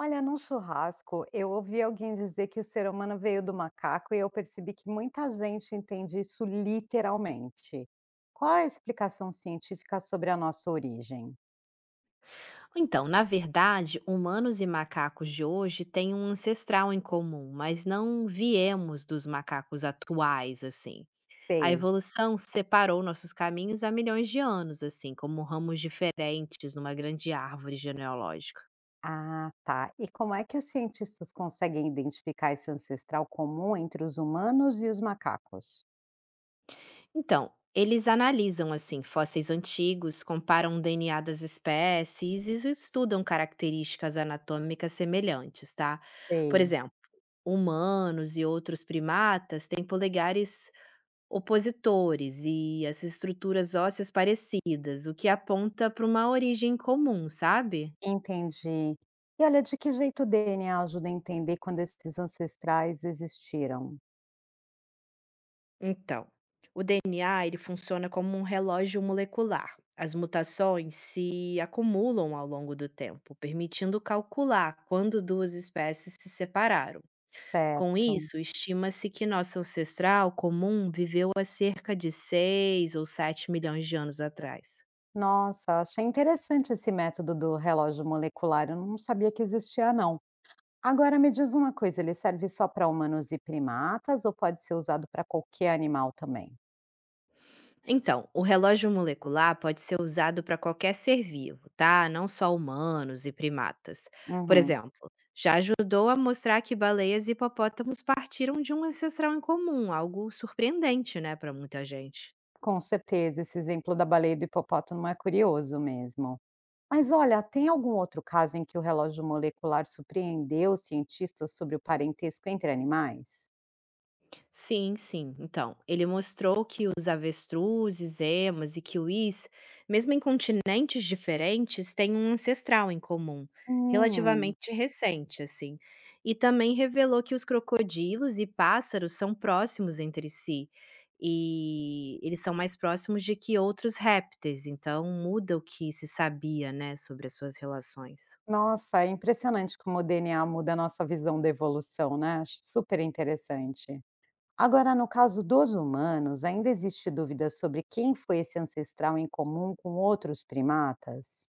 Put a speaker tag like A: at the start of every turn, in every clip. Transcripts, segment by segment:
A: Olha, num churrasco, eu ouvi alguém dizer que o ser humano veio do macaco e eu percebi que muita gente entende isso literalmente. Qual é a explicação científica sobre a nossa origem?
B: Então, na verdade, humanos e macacos de hoje têm um ancestral em comum, mas não viemos dos macacos atuais, assim. A
A: Sei.
B: evolução separou nossos caminhos há milhões de anos, assim, como ramos diferentes numa grande árvore genealógica.
A: Ah, tá. E como é que os cientistas conseguem identificar esse ancestral comum entre os humanos e os macacos?
B: Então, eles analisam, assim, fósseis antigos, comparam o DNA das espécies e estudam características anatômicas semelhantes, tá? Por
A: Sei.
B: exemplo, humanos e outros primatas têm polegares opositores e as estruturas ósseas parecidas, o que aponta para uma origem comum, sabe?
A: Entendi. E olha, de que jeito o DNA ajuda a entender quando esses ancestrais existiram?
B: Então, o DNA ele funciona como um relógio molecular. As mutações se acumulam ao longo do tempo, permitindo calcular quando duas espécies se separaram. Com
A: Certo.
B: isso, estima-se que nosso ancestral comum viveu há cerca de 6 ou 7 milhões de anos atrás.
A: Nossa, achei interessante esse método do relógio molecular, eu não sabia que existia não. Agora me diz uma coisa, ele serve só para humanos e primatas ou pode ser usado para qualquer animal também?
B: Então, o relógio molecular pode ser usado para qualquer ser vivo, tá? Não só humanos e primatas. Por
A: Uhum,
B: exemplo, já ajudou a mostrar que baleias e hipopótamos partiram de um ancestral em comum, algo surpreendente, né, para muita gente.
A: com certeza, esse exemplo da baleia e do hipopótamo é curioso mesmo. Mas olha, tem algum outro caso em que o relógio molecular surpreendeu os cientistas sobre o parentesco entre animais?
B: Sim, sim. Então, ele mostrou que os avestruzes, emas e kiwis, mesmo em continentes diferentes, têm um ancestral em comum,
A: Hum,
B: relativamente recente, assim. E também revelou que os crocodilos e pássaros são próximos entre si. E eles são mais próximos de que outros répteis, então muda o que se sabia, né, sobre as suas relações.
A: nossa, é impressionante como o DNA muda a nossa visão da evolução, né? Acho super interessante. Agora, no caso dos humanos, ainda existe dúvida sobre quem foi esse ancestral em comum com outros primatas?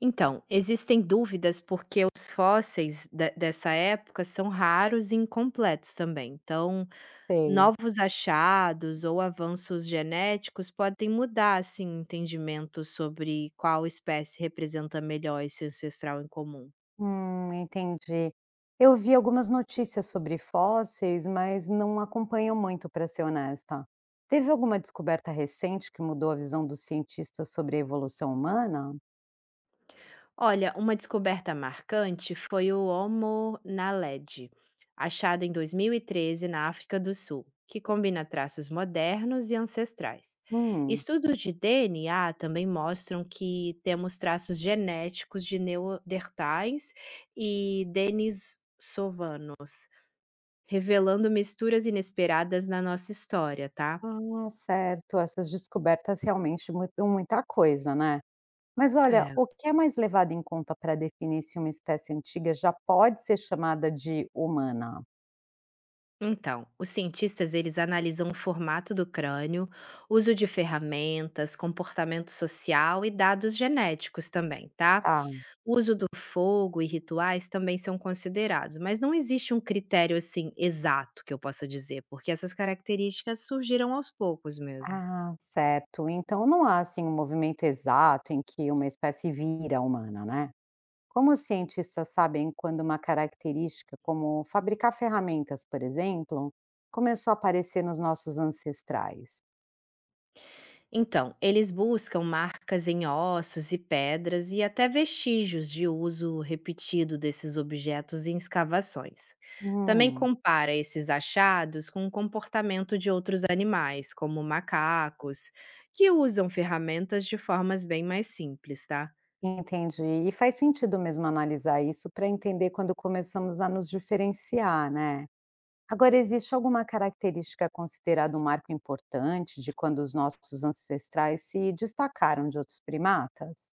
B: Então, existem dúvidas porque os fósseis de dessa época são raros e incompletos também. Então,
A: Sei.
B: novos achados ou avanços genéticos podem mudar assim o entendimento sobre qual espécie representa melhor esse ancestral em comum.
A: Entendi. Eu vi algumas notícias sobre fósseis, mas não acompanho muito, para ser honesta. Teve alguma descoberta recente que mudou a visão dos cientistas sobre a evolução humana?
B: Olha, uma descoberta marcante foi o Homo naledi, achado em 2013 na África do Sul, que combina traços modernos e ancestrais.
A: Hum,
B: Estudos de DNA também mostram que temos traços genéticos de neandertais e denisovanos, revelando misturas inesperadas na nossa história, tá?
A: ah, certo. Essas descobertas realmente mudam muita coisa, né? Mas olha, o que é mais levado em conta para definir se uma espécie antiga já pode ser chamada de humana?
B: Então, os cientistas eles analisam o formato do crânio, uso de ferramentas, comportamento social e dados genéticos também, tá?
A: Tá.
B: O uso do fogo e rituais também são considerados, mas não existe um critério assim exato que eu possa dizer, porque essas características surgiram aos poucos mesmo.
A: Ah, certo. Então não há assim um movimento exato em que uma espécie vira humana, né? Como os cientistas sabem quando uma característica, como fabricar ferramentas, por exemplo, começou a aparecer nos nossos ancestrais?
B: Então, eles buscam marcas em ossos e pedras e até vestígios de uso repetido desses objetos em escavações. Também
A: Hum,
B: compara esses achados com o comportamento de outros animais, como macacos, que usam ferramentas de formas bem mais simples, tá?
A: entendi. E faz sentido mesmo analisar isso para entender quando começamos a nos diferenciar, né? Agora, existe alguma característica considerada um marco importante de quando os nossos ancestrais se destacaram de outros primatas?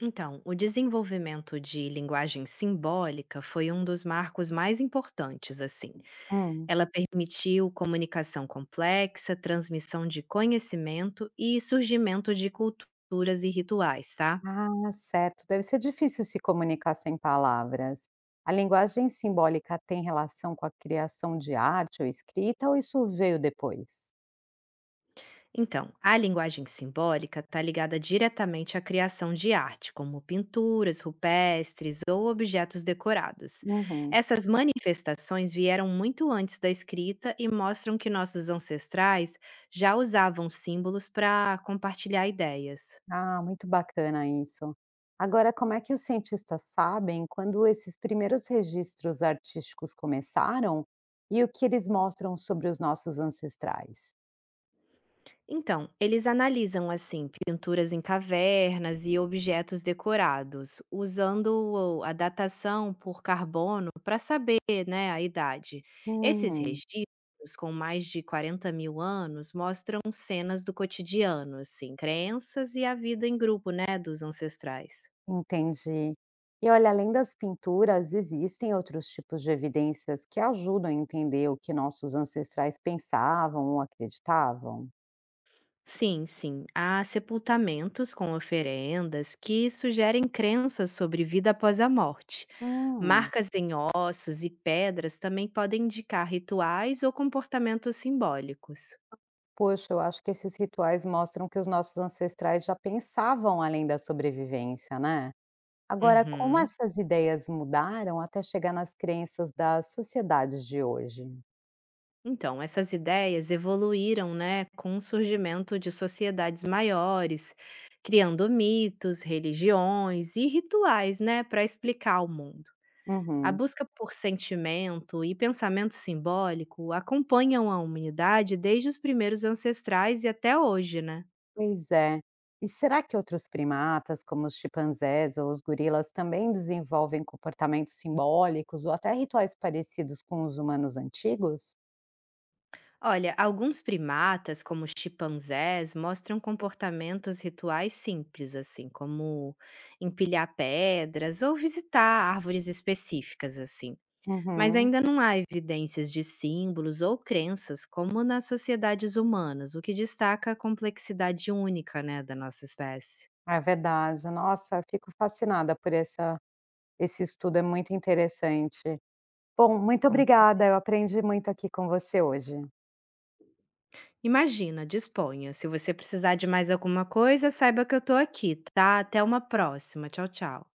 B: Então, o desenvolvimento de linguagem simbólica foi um dos marcos mais importantes, assim.
A: Hum.
B: Ela permitiu comunicação complexa, transmissão de conhecimento e surgimento de culturas e rituais, tá?
A: Ah, certo. Deve ser difícil se comunicar sem palavras. A linguagem simbólica tem relação com a criação de arte ou escrita, ou isso veio depois?
B: Então, a linguagem simbólica está ligada diretamente à criação de arte, como pinturas, rupestres ou objetos decorados.
A: Uhum.
B: Essas manifestações vieram muito antes da escrita e mostram que nossos ancestrais já usavam símbolos para compartilhar ideias.
A: Ah, muito bacana isso. Agora, como é que os cientistas sabem quando esses primeiros registros artísticos começaram e o que eles mostram sobre os nossos ancestrais?
B: Então, eles analisam assim pinturas em cavernas e objetos decorados, usando a datação por carbono para saber, né, a idade. Esses
A: Hum,
B: registros, com mais de 40 mil anos, mostram cenas do cotidiano, assim, crenças e a vida em grupo, né, dos ancestrais.
A: entendi. E olha, além das pinturas, existem outros tipos de evidências que ajudam a entender o que nossos ancestrais pensavam ou acreditavam?
B: Sim, sim. Há sepultamentos com oferendas que sugerem crenças sobre vida após a morte.
A: Hum,
B: Marcas em ossos e pedras também podem indicar rituais ou comportamentos simbólicos.
A: poxa, eu acho que esses rituais mostram que os nossos ancestrais já pensavam além da sobrevivência, né? Agora, como
B: Uhum.
A: essas ideias mudaram até chegar nas crenças das sociedades de hoje?
B: Então, essas ideias evoluíram, né, com o surgimento de sociedades maiores, criando mitos, religiões e rituais, né, para explicar o mundo. A
A: Uhum.
B: busca por sentimento e pensamento simbólico acompanham a humanidade desde os primeiros ancestrais e até hoje, né?
A: Pois é. E será que outros primatas, como os chimpanzés ou os gorilas, também desenvolvem comportamentos simbólicos ou até rituais parecidos com os humanos antigos?
B: Olha, alguns primatas, como os chimpanzés, mostram comportamentos rituais simples, assim, como empilhar pedras ou visitar árvores específicas, assim. Mas
A: Uhum.
B: ainda não há evidências de símbolos ou crenças como nas sociedades humanas, o que destaca a complexidade única, né, da nossa espécie.
A: É verdade. Nossa, eu fico fascinada por essa, esse estudo, é muito interessante. Bom, muito
B: Com certeza.
A: obrigada, eu aprendi muito aqui com você hoje.
B: Imagina, disponha. Se você precisar de mais alguma coisa, saiba que eu tô aqui, tá? Até uma próxima. Tchau, tchau.